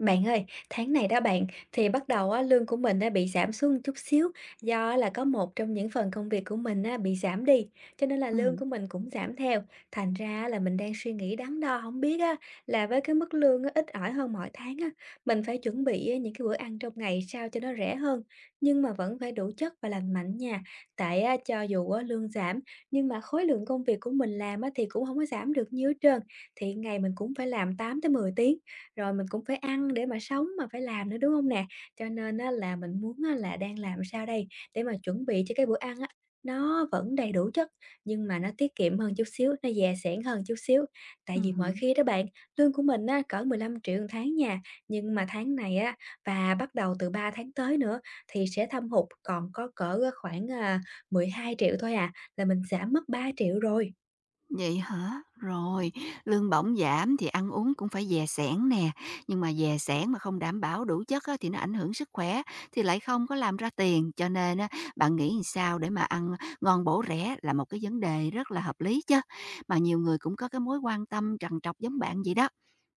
Bạn ơi, tháng này đó bạn, thì bắt đầu á, lương của mình đã bị giảm xuống một chút xíu do là có một trong những phần công việc của mình á, bị giảm đi, cho nên là lương Ừm, của mình cũng giảm theo. Thành ra là mình đang suy nghĩ đắn đo không biết á, là với cái mức lương á, ít ỏi hơn mọi tháng á, mình phải chuẩn bị á, những cái bữa ăn trong ngày sao cho nó rẻ hơn, nhưng mà vẫn phải đủ chất và lành mạnh nha. Tại á, cho dù á, lương giảm nhưng mà khối lượng công việc của mình làm á, thì cũng không có giảm được nhiều hết trơn, thì ngày mình cũng phải làm 8 tới 10 tiếng. Rồi mình cũng phải ăn để mà sống mà phải làm nữa, đúng không nè? Cho nên á là mình muốn á là đang làm sao đây để mà chuẩn bị cho cái bữa ăn á, nó vẫn đầy đủ chất, nhưng mà nó tiết kiệm hơn chút xíu, nó dè sẻn hơn chút xíu. Tại vì mọi hứm. khi đó bạn, lương của mình á cỡ 15.000.000 1 tháng nha, nhưng mà tháng này á và bắt đầu từ 3 tháng tới nữa thì sẽ thâm hụt còn có cỡ khoảng, à, 12.000.000 thôi à, là mình giảm mất 3.000.000 rồi. Vậy hả? Rồi, lương bổng giảm thì ăn uống cũng phải dè sẻn nè, nhưng mà dè sẻn mà không đảm bảo đủ chất á, thì nó ảnh hưởng sức khỏe, thì lại không có làm ra tiền, cho nên á, bạn nghĩ sao để mà ăn ngon bổ rẻ là một cái vấn đề rất là hợp lý chớ. Mà nhiều người cũng có cái mối quan tâm trằn trọc giống bạn vậy đó.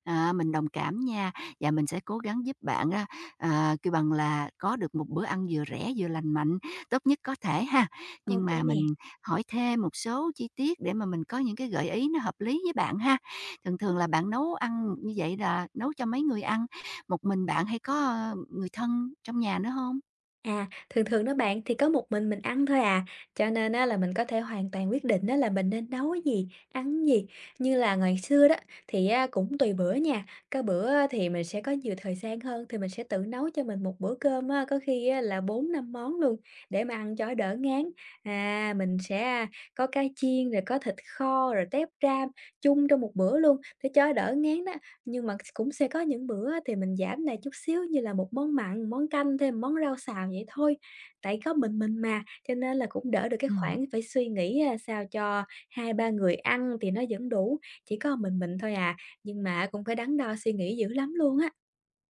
À, mình đồng cảm nha, và mình sẽ cố gắng giúp bạn á, à, kêu bằng là, có được một bữa ăn vừa rẻ vừa lành mạnh, tốt nhất có thể ha. Nhưng Ok mà nè. mình hỏi thêm một số chi tiết để mà mình có những cái gợi ý nó hợp lý với bạn ha. Thường thường là bạn nấu ăn như vậy là nấu cho mấy người ăn? Một mình bạn hay có, ơ, người thân trong nhà nữa không? À, thường thường đó bạn thì có một mình ăn thôi à, cho nên á, là mình có thể hoàn toàn quyết định đó là mình nên nấu gì, ăn gì. Như là ngày xưa đó thì á, cũng tùy bữa nha, có bữa á, thì mình sẽ có nhiều thời gian hơn thì mình sẽ tự nấu cho mình một bữa cơm á, có khi á, là bốn năm món luôn để mà ăn cho đỡ ngán. À, mình sẽ có cá chiên rồi có thịt kho rồi tép ram chung trong một bữa luôn để cho đỡ ngán đó. Nhưng mà cũng sẽ có những bữa á thì mình giảm lại chút xíu như là một món mặn, món canh, thêm món rau xào vậy thôi. Tại có mình mà, cho nên là cũng đỡ được cái Ừm. khoản phải suy nghĩ, sao cho hai ba người ăn thì nó vẫn đủ, chỉ có mình thôi à, nhưng mà cũng phải đắn đo suy nghĩ dữ lắm luôn á.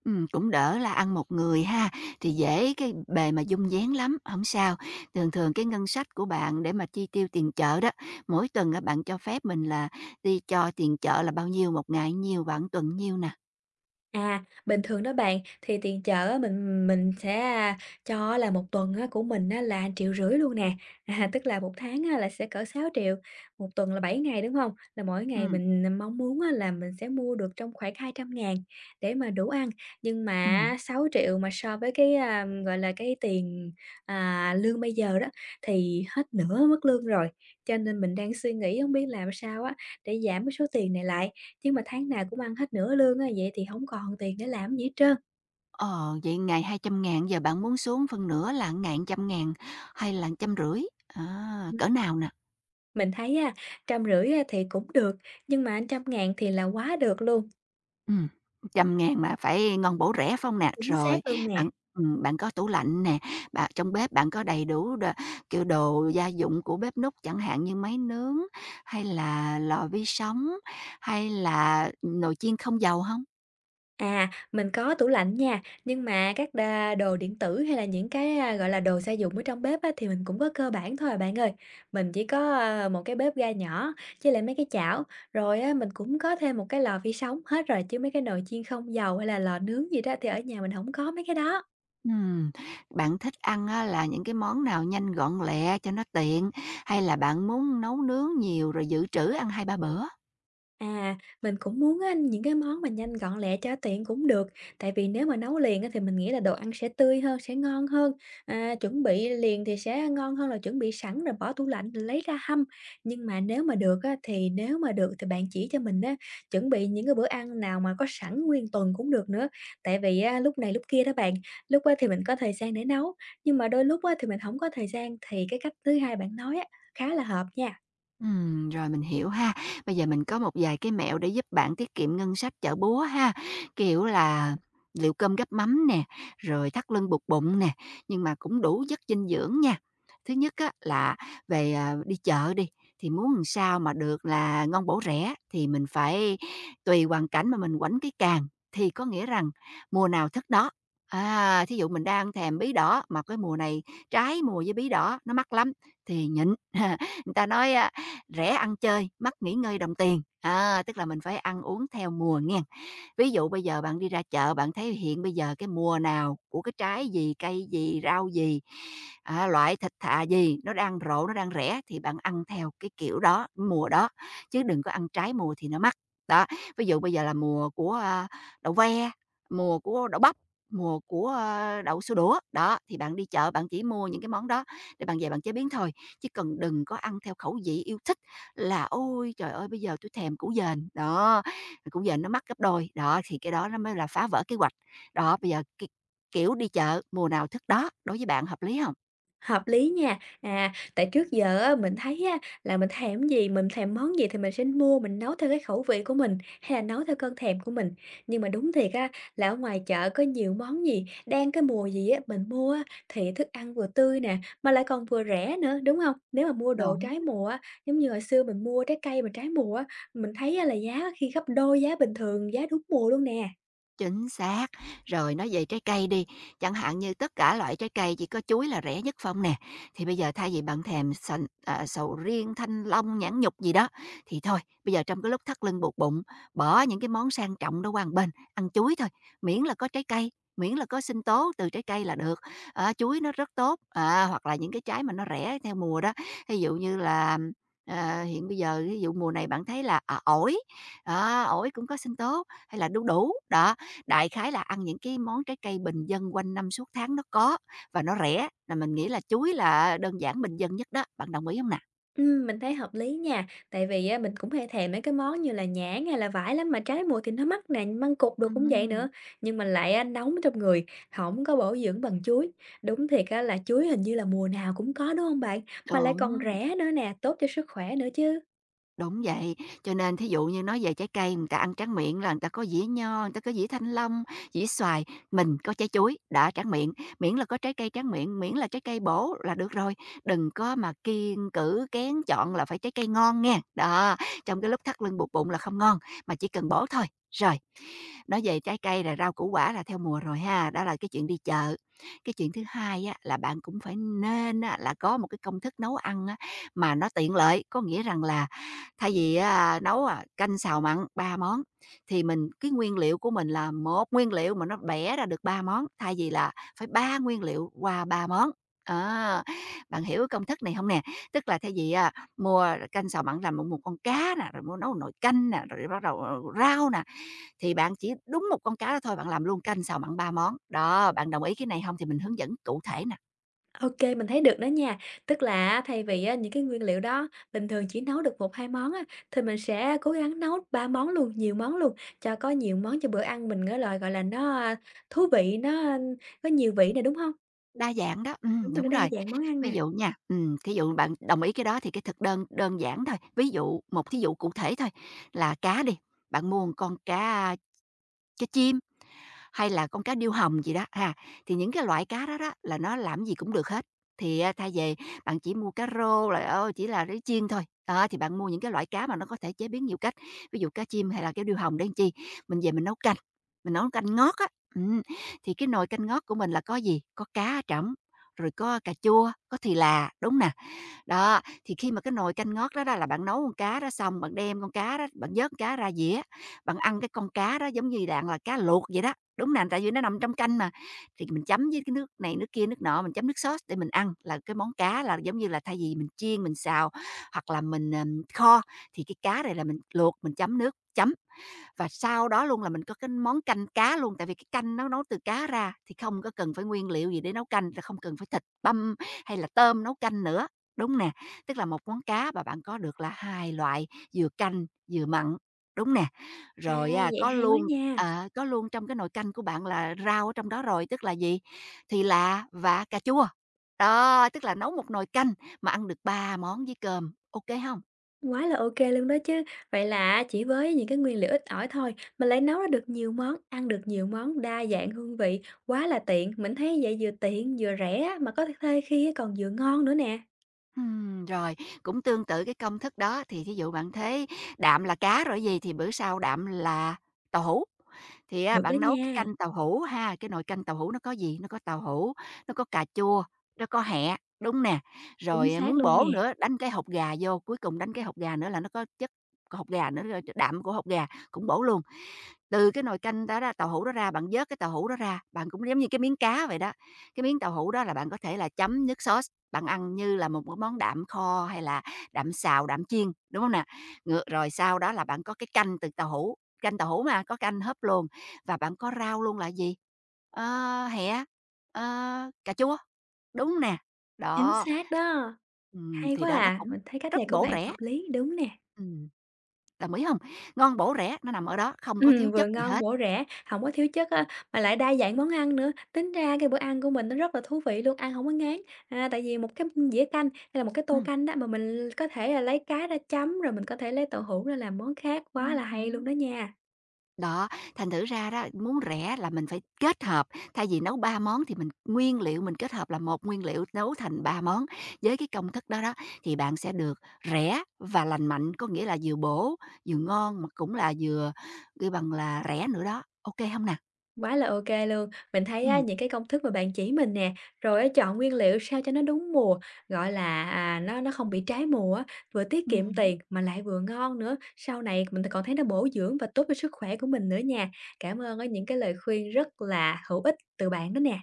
Cũng đỡ là ăn một người ha, thì dễ cái bề mà dung vén lắm, không sao. Thường thường cái ngân sách của bạn để mà chi tiêu tiền chợ đó, mỗi tuần á bạn cho phép mình là đi cho tiền chợ là bao nhiêu, một ngày nhiêu, bạn tuần nhiêu nè? À, bình thường đó bạn, thì tiền chợ á, mình sẽ, cho á là một tuần á của mình á là triệu rưỡi luôn nè, à, tức là một tháng á là sẽ cỡ sáu triệu một tuần là 7 ngày, đúng không? Là mỗi ngày Ừm. mình, à, mong muốn á là mình sẽ mua được trong khoảng hai trăm ngàn để mà đủ ăn, nhưng mà Ừm. 6.000.000 mà so với cái, gọi là, cái tiền, à, lương bây giờ đó thì hết nửa mức lương rồi, cho nên mình đang suy nghĩ không biết làm sao á để giảm cái số tiền này lại chứ mà tháng nào cũng ăn hết nửa lương á, vậy thì hổng còn tiền để làm gì hết trơn. Ờ, vậy ngày hai trăm ngàn giờ bạn muốn xuống phân nửa là ngàn trăm ngàn hay là trăm rưỡi? À, Ừm, cỡ nào nè? mình thấy á, 150 á thì cũng được, nhưng mà trăm ngàn thì là quá được luôn, Ừm, 100.000 mà phải ngon bổ rẻ, phải hông nè? chính xác Rồi, luôn nè. bạn bạn có tủ lạnh nè, bạn trong bếp bạn có đầy đủ đ kiểu, đồ gia dụng của bếp núc chẳng hạn như máy nướng hay là lò vi sóng, hay là nồi chiên không dầu không? À, mình có tủ lạnh nha, nhưng mà các đa đồ điện tử hay là những cái, gọi là, đồ gia dụng ở trong bếp á thì mình cũng có cơ bản thôi à bạn ơi. Mình chỉ có, ơ, một cái bếp ga nhỏ với lại mấy cái chảo, rồi á mình cũng có thêm một cái lò vi sóng, hết rồi, chứ mấy cái nồi chiên không dầu hay là lò nướng gì đó thì ở nhà mình hổng có mấy cái đó. Ừm, bạn thích ăn á là những cái món nào nhanh gọn lẹ cho nó tiện, hay là bạn muốn nấu nướng nhiều rồi dự trữ ăn hai ba bữa? À, mình cũng muốn á, những cái món mà nhanh gọn lẹ cho tiện cũng được, tại vì nếu mà nấu liền á, thì mình nghĩ là đồ ăn sẽ tươi hơn, sẽ ngon hơn. À, chuẩn bị liền thì sẽ ngon hơn là chuẩn bị sẵn rồi bỏ tủ lạnh rồi lấy ra hâm. Nhưng mà nếu mà được á, thì nếu mà được thì bạn chỉ cho mình á, chuẩn bị những cái bữa ăn nào mà có sẵn nguyên tuần cũng được nữa. Tại vì á, lúc này lúc kia đó bạn, lúc á, thì mình có thời gian để nấu, nhưng mà đôi lúc á, thì mình không có thời gian thì cái cách thứ hai bạn nói á, khá là hợp nha. Rồi mình hiểu ha. Bây giờ mình có một vài cái mẹo để giúp bạn tiết kiệm ngân sách chợ búa ha, kiểu là liệu cơm gắp mắm nè, rồi thắt lưng buộc bụng nè, nhưng mà cũng đủ chất dinh dưỡng nha. Thứ nhất á là về, à, đi chợ đi, thì muốn làm sao mà được là ngon bổ rẻ thì mình phải tùy hoàn cảnh mà mình quánh cái càng, thì có nghĩa rằng mùa nào thức đó. À, thí dụ mình đang thèm bí đỏ mà cái mùa này trái mùa với bí đỏ nó mắc lắm thì nhịn. Người ta nói rẻ ăn chơi, mắc nghỉ ngơi đồng tiền. À, tức là mình phải ăn uống theo mùa nghe. Ví dụ bây giờ bạn đi ra chợ, bạn thấy hiện bây giờ cái mùa nào của cái trái gì, cây gì, rau gì, à, loại thịt thà gì, nó đang rộ, nó đang rẻ thì bạn ăn theo cái kiểu đó, mùa đó. Chứ đừng có ăn trái mùa thì nó mắc. Đó, ví dụ bây giờ là mùa của à, đậu ve, mùa của đậu bắp, mùa của à, đậu xô đũa. Đó, thì bạn đi chợ bạn chỉ mua những cái món đó để bạn về bạn chế biến thôi. Chứ cần đừng có ăn theo khẩu vị yêu thích là "Ôi, trời ơi, bây giờ tôi thèm củ dền." Đó, củ dền nó mắc gấp đôi, đó, thì cái đó nó mới là phá vỡ kế hoạch. Đó, bây giờ cái kiểu đi chợ mùa nào thức đó, đối với bạn hợp lý không? Hợp lý nha. À, tại trước giờ á, mình thấy á, là mình thèm gì, mình thèm món gì thì mình sẽ mua, mình nấu theo cái khẩu vị của mình, hay là nấu theo cơn thèm của mình. Nhưng mà đúng thiệt á, là ở ngoài chợ có nhiều món gì, đang cái mùa gì á, mình mua á, thì thức ăn vừa tươi nè, mà lại còn vừa rẻ nữa, đúng không? Nếu mà mua Đồ đồ trái mùa á, giống như hồi xưa mình mua trái cây mà trái mùa á, mình thấy á, là giá khi gấp đôi giá bình thường, giá đúng mùa luôn nè. Chính xác. Rồi nói về trái cây đi, chẳng hạn như tất cả loại trái cây chỉ có chuối là rẻ nhất phong nè, thì bây giờ thay vì bạn thèm sành à, sầu riêng, thanh long, nhãn nhục gì đó, thì thôi, bây giờ trong cái lúc thắt lưng buộc bụng, bỏ những cái món sang trọng đó qua một bên, ăn chuối thôi, miễn là có trái cây, miễn là có sinh tố từ trái cây là được. Ờ, chuối nó rất tốt, à, hoặc là những cái trái mà nó rẻ theo mùa đó, ví dụ như là À, hiện bây giờ ví dụ mùa này bạn thấy là à, ổi cũng có sinh tố hay là đu đủ đó Đại khái là ăn những cái món trái cây bình dân quanh năm suốt tháng nó có và nó rẻ, là mình nghĩ là chuối là đơn giản bình dân nhất đó, bạn đồng ý hông nè? Mình thấy hợp lý nha, tại vì á mình cũng hay thèm mấy cái món như là nhãn hay là vải lắm, mà trái mùa thì nó mắc nè, măng cụt đồ cũng vậy Ừm. nữa, nhưng mà lại á nóng trong người, không có bổ dưỡng bằng chuối. Đúng thiệt á là chuối hình như là mùa nào cũng có, đúng không bạn? Mà lại còn Đúng. rẻ nữa nè, tốt cho sức khỏe nữa chứ. Đúng vậy, cho nên thí dụ như nói về trái cây, người ta ăn tráng miệng là người ta có dĩa nho, người ta có dĩa thanh long, dĩa xoài, mình có trái chuối, đã tráng miệng, miễn là có trái cây tráng miệng, miễn là trái cây bổ là được rồi, đừng có mà kiêng cữ kén chọn là phải trái cây ngon nghe. Đó, trong cái lúc thắt lưng buộc bụng là không ngon, mà chỉ cần bổ thôi. Rồi, nói về trái cây là rau củ quả là theo mùa rồi ha, đó là cái chuyện đi chợ. Cái chuyện thứ hai á, là bạn cũng phải nên á, là có một cái công thức nấu ăn á, mà nó tiện lợi, có nghĩa rằng là Thay vì á à, nấu, à, canh, xào, mặn 3 món, thì mình cái nguyên liệu của mình là một nguyên liệu mà nó bẻ ra được 3 món, thay vì là phải 3 nguyên liệu qua 3 món. Á, bạn hiểu cái công thức này không nè? Tức là thay vì á mua canh, xào, mặn làm một một con cá nè, rồi mua nấu nồi canh nè, rồi bắt đầu, ờ, rau nè, thì bạn chỉ đúng một con cá đó thôi, bạn làm luôn canh, xào, mặn 3 món. Đó, bạn đồng ý cái này không? Thì mình hướng dẫn cụ thể Ok mình thấy được đó nha. Tức là á, thay vì á, những cái nguyên liệu đó bình thường chỉ nấu được một hai món á, thì mình sẽ cố gắng nấu 3 món luôn, nhiều món luôn, cho có nhiều món cho bữa ăn mình á là, gọi là, nó, thú vị, nó, có nhiều vị nè, đúng không? Đa dạng đó, Đúng rồi, nó đúng đa rồi. dạng món ăn Ví nè. dụ nha, thí dụ bạn đồng ý cái đó thì cái thực đơn đơn giản thôi, ví dụ một thí dụ cụ thể thôi là cá đi, bạn mua một con cá cá chim hay là con cá điêu hồng gì đó ha, thì những cái loại cá đó đó là nó làm gì cũng được hết. Thì, a, thay về bạn chỉ mua cá rô rồi, ơ, chỉ là để chiên thôi, đó, thì bạn mua những cái loại cá mà nó có thể chế biến nhiều cách, ví dụ cá chim hay là cá điêu hồng để làm chi, mình về mình nấu canh ngót á. Ừm, thì cái nồi canh ngót của mình là có gì? Có cá ở trỏng, rồi có cà chua, có thì là, đúng nè? Đó, thì khi mà cái nồi canh ngót đó đó là bạn nấu con cá đó xong, bạn đem con cá đó, bạn vớt con cá ra dĩa, bạn ăn cái con cá đó giống như dạng là cá luộc vậy đó. Đúng nè, tại vì nó nằm trong canh mà, thì mình chấm với cái nước này nước kia, nước nọ, mình chấm nước sốt để mình ăn, là cái món cá là giống như là thay vì mình chiên, mình xào hoặc là mình, kho, thì cái cá này là mình luộc, mình chấm nước chấm và sau đó luôn là mình có cái món canh cá luôn, tại vì cái canh nó nấu từ cá ra thì không có cần phải nguyên liệu gì để nấu canh, là không cần phải thịt băm hay là tôm nấu canh nữa. Đúng nè, tức là một món cá mà bạn có được là 2 loại, vừa canh vừa mặn, đúng nè. À, Rồi á vậy có hay quá luôn nha, ờ, có luôn trong cái nồi canh của bạn là rau ở trong đó rồi, tức là gì? Thì là và cà chua. Đó, tức là nấu một nồi canh mà ăn được 3 món với cơm, ok không? quá là ok luôn đó chứ. Vậy là chỉ với những cái nguyên liệu ít ỏi thôi, mình lại nấu ra được nhiều món, ăn được nhiều món, đa dạng hương vị, quá là tiện. Mình thấy vậy vừa tiện vừa rẻ mà có th khi còn vừa ngon nữa nè. Rồi, cũng tương tự cái công thức đó, thì thí dụ bạn thấy đạm là cá rồi gì thì bữa sau đạm là tàu hũ. Thì á Được đó bạn nấu cái nha. canh tàu hũ ha, cái nồi canh tàu hũ nó có gì? Nó có tàu hũ, nó có cà chua, nó có hẹ, đúng nè. Chính Rồi, à, xác muốn luôn bổ nè, nữa, đánh cái hột gà vô, cuối cùng đánh cái hột gà nữa là nó có chất của hột gà nữa, rồi đạm của hột gà cũng bổ luôn. Từ cái nồi canh đó ra, tàu hũ đó ra, bạn vớt cái tàu hũ đó ra, bạn cũng giống như cái miếng cá vậy đó. Cái miếng tàu hũ đó là bạn có thể là chấm nước sốt bạn ăn như là một cái món đạm kho hay là đạm xào, đạm chiên, đúng không nè? Ngược rồi sau đó là bạn có cái canh từ tàu hũ, canh tàu hũ mà, có canh hấp luôn, và bạn có rau luôn là gì? Ờ, hẹ, ờ, cà chua, đúng nè? chính Đó. xác đó, hay Thì quá đó, nó à, cũng mình thấy cách rất này của bổ bạn rẻ. hợp lý, đúng nè. Ừm, đồng ý hông? Ngon, bổ, rẻ, nó nằm ở đó, không có thiếu Vừa chất gì ngon hết. bổ rẻ, không có thiếu chất á, mà lại đa dạng món ăn nữa, tính ra cái bữa ăn của mình nó rất là thú vị luôn, ăn không có ngán. À, tại vì một cái dĩa canh hay là một cái tô Ừm, canh đó mà mình có thể là lấy cá ra chấm, rồi mình có thể lấy tàu hũ ra làm món khác, quá là hay luôn hứm. đó nha. Đó, thành thử ra đó, muốn rẻ là mình phải kết hợp, thay vì nấu 3 món thì mình nguyên liệu mình kết hợp là một nguyên liệu nấu thành 3 món. Với cái công thức đó đó thì bạn sẽ được rẻ và lành mạnh, có nghĩa là vừa bổ, vừa ngon mà cũng là vừa kêu bằng là rẻ nữa đó. Ok không hông nè? Quá là ok luôn. Mình thấy á, Ừm. những cái công thức mà bạn chỉ mình nè, rồi á chọn nguyên liệu sao cho nó đúng mùa, gọi là, à, nó không bị trái mùa á, vừa tiết kiệm Ừm. tiền mà lại vừa ngon nữa. Sau này mình còn thấy nó bổ dưỡng và tốt cho sức khỏe của mình nữa nha. Cảm ơn á những cái lời khuyên rất là hữu ích từ bạn đó nè.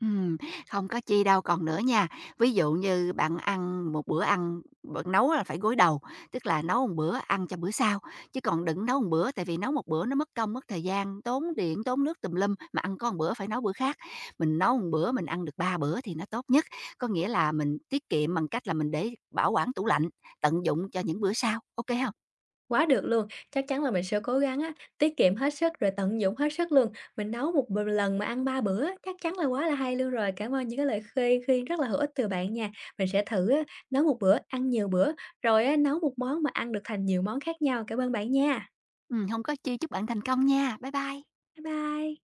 Ừm, không có chi đâu, còn nữa nha, ví dụ như bạn ăn một bữa ăn bạn nấu là phải gối đầu, tức là nấu một bữa ăn cho bữa sau, chứ còn đừng nấu một bữa, tại vì nấu một bữa nó mất công, mất thời gian, tốn điện, tốn nước tùm lum, mà ăn có một bữa phải nấu bữa khác. Mình nấu một bữa mình ăn được 3 bữa thì nó tốt nhất, có nghĩa là mình tiết kiệm bằng cách là mình để bảo quản tủ lạnh, tận dụng cho những bữa sau, ok không hông? Quá được luôn, chắc chắn là mình sẽ cố gắng á, tiết kiệm hết sức rồi tận dụng hết sức luôn. Mình nấu một lần mà ăn 3 bữa, á, chắc chắn là quá là hay luôn rồi. Cảm ơn những cái lời khuyên khuyên rất là hữu ích từ bạn nha. Mình sẽ thử á, nấu một bữa, ăn nhiều bữa, rồi á, nấu một món mà ăn được thành nhiều món khác nhau. Cảm ơn bạn nha. Hông có chi, chúc bạn thành công nha. Bye bye. Bye bye.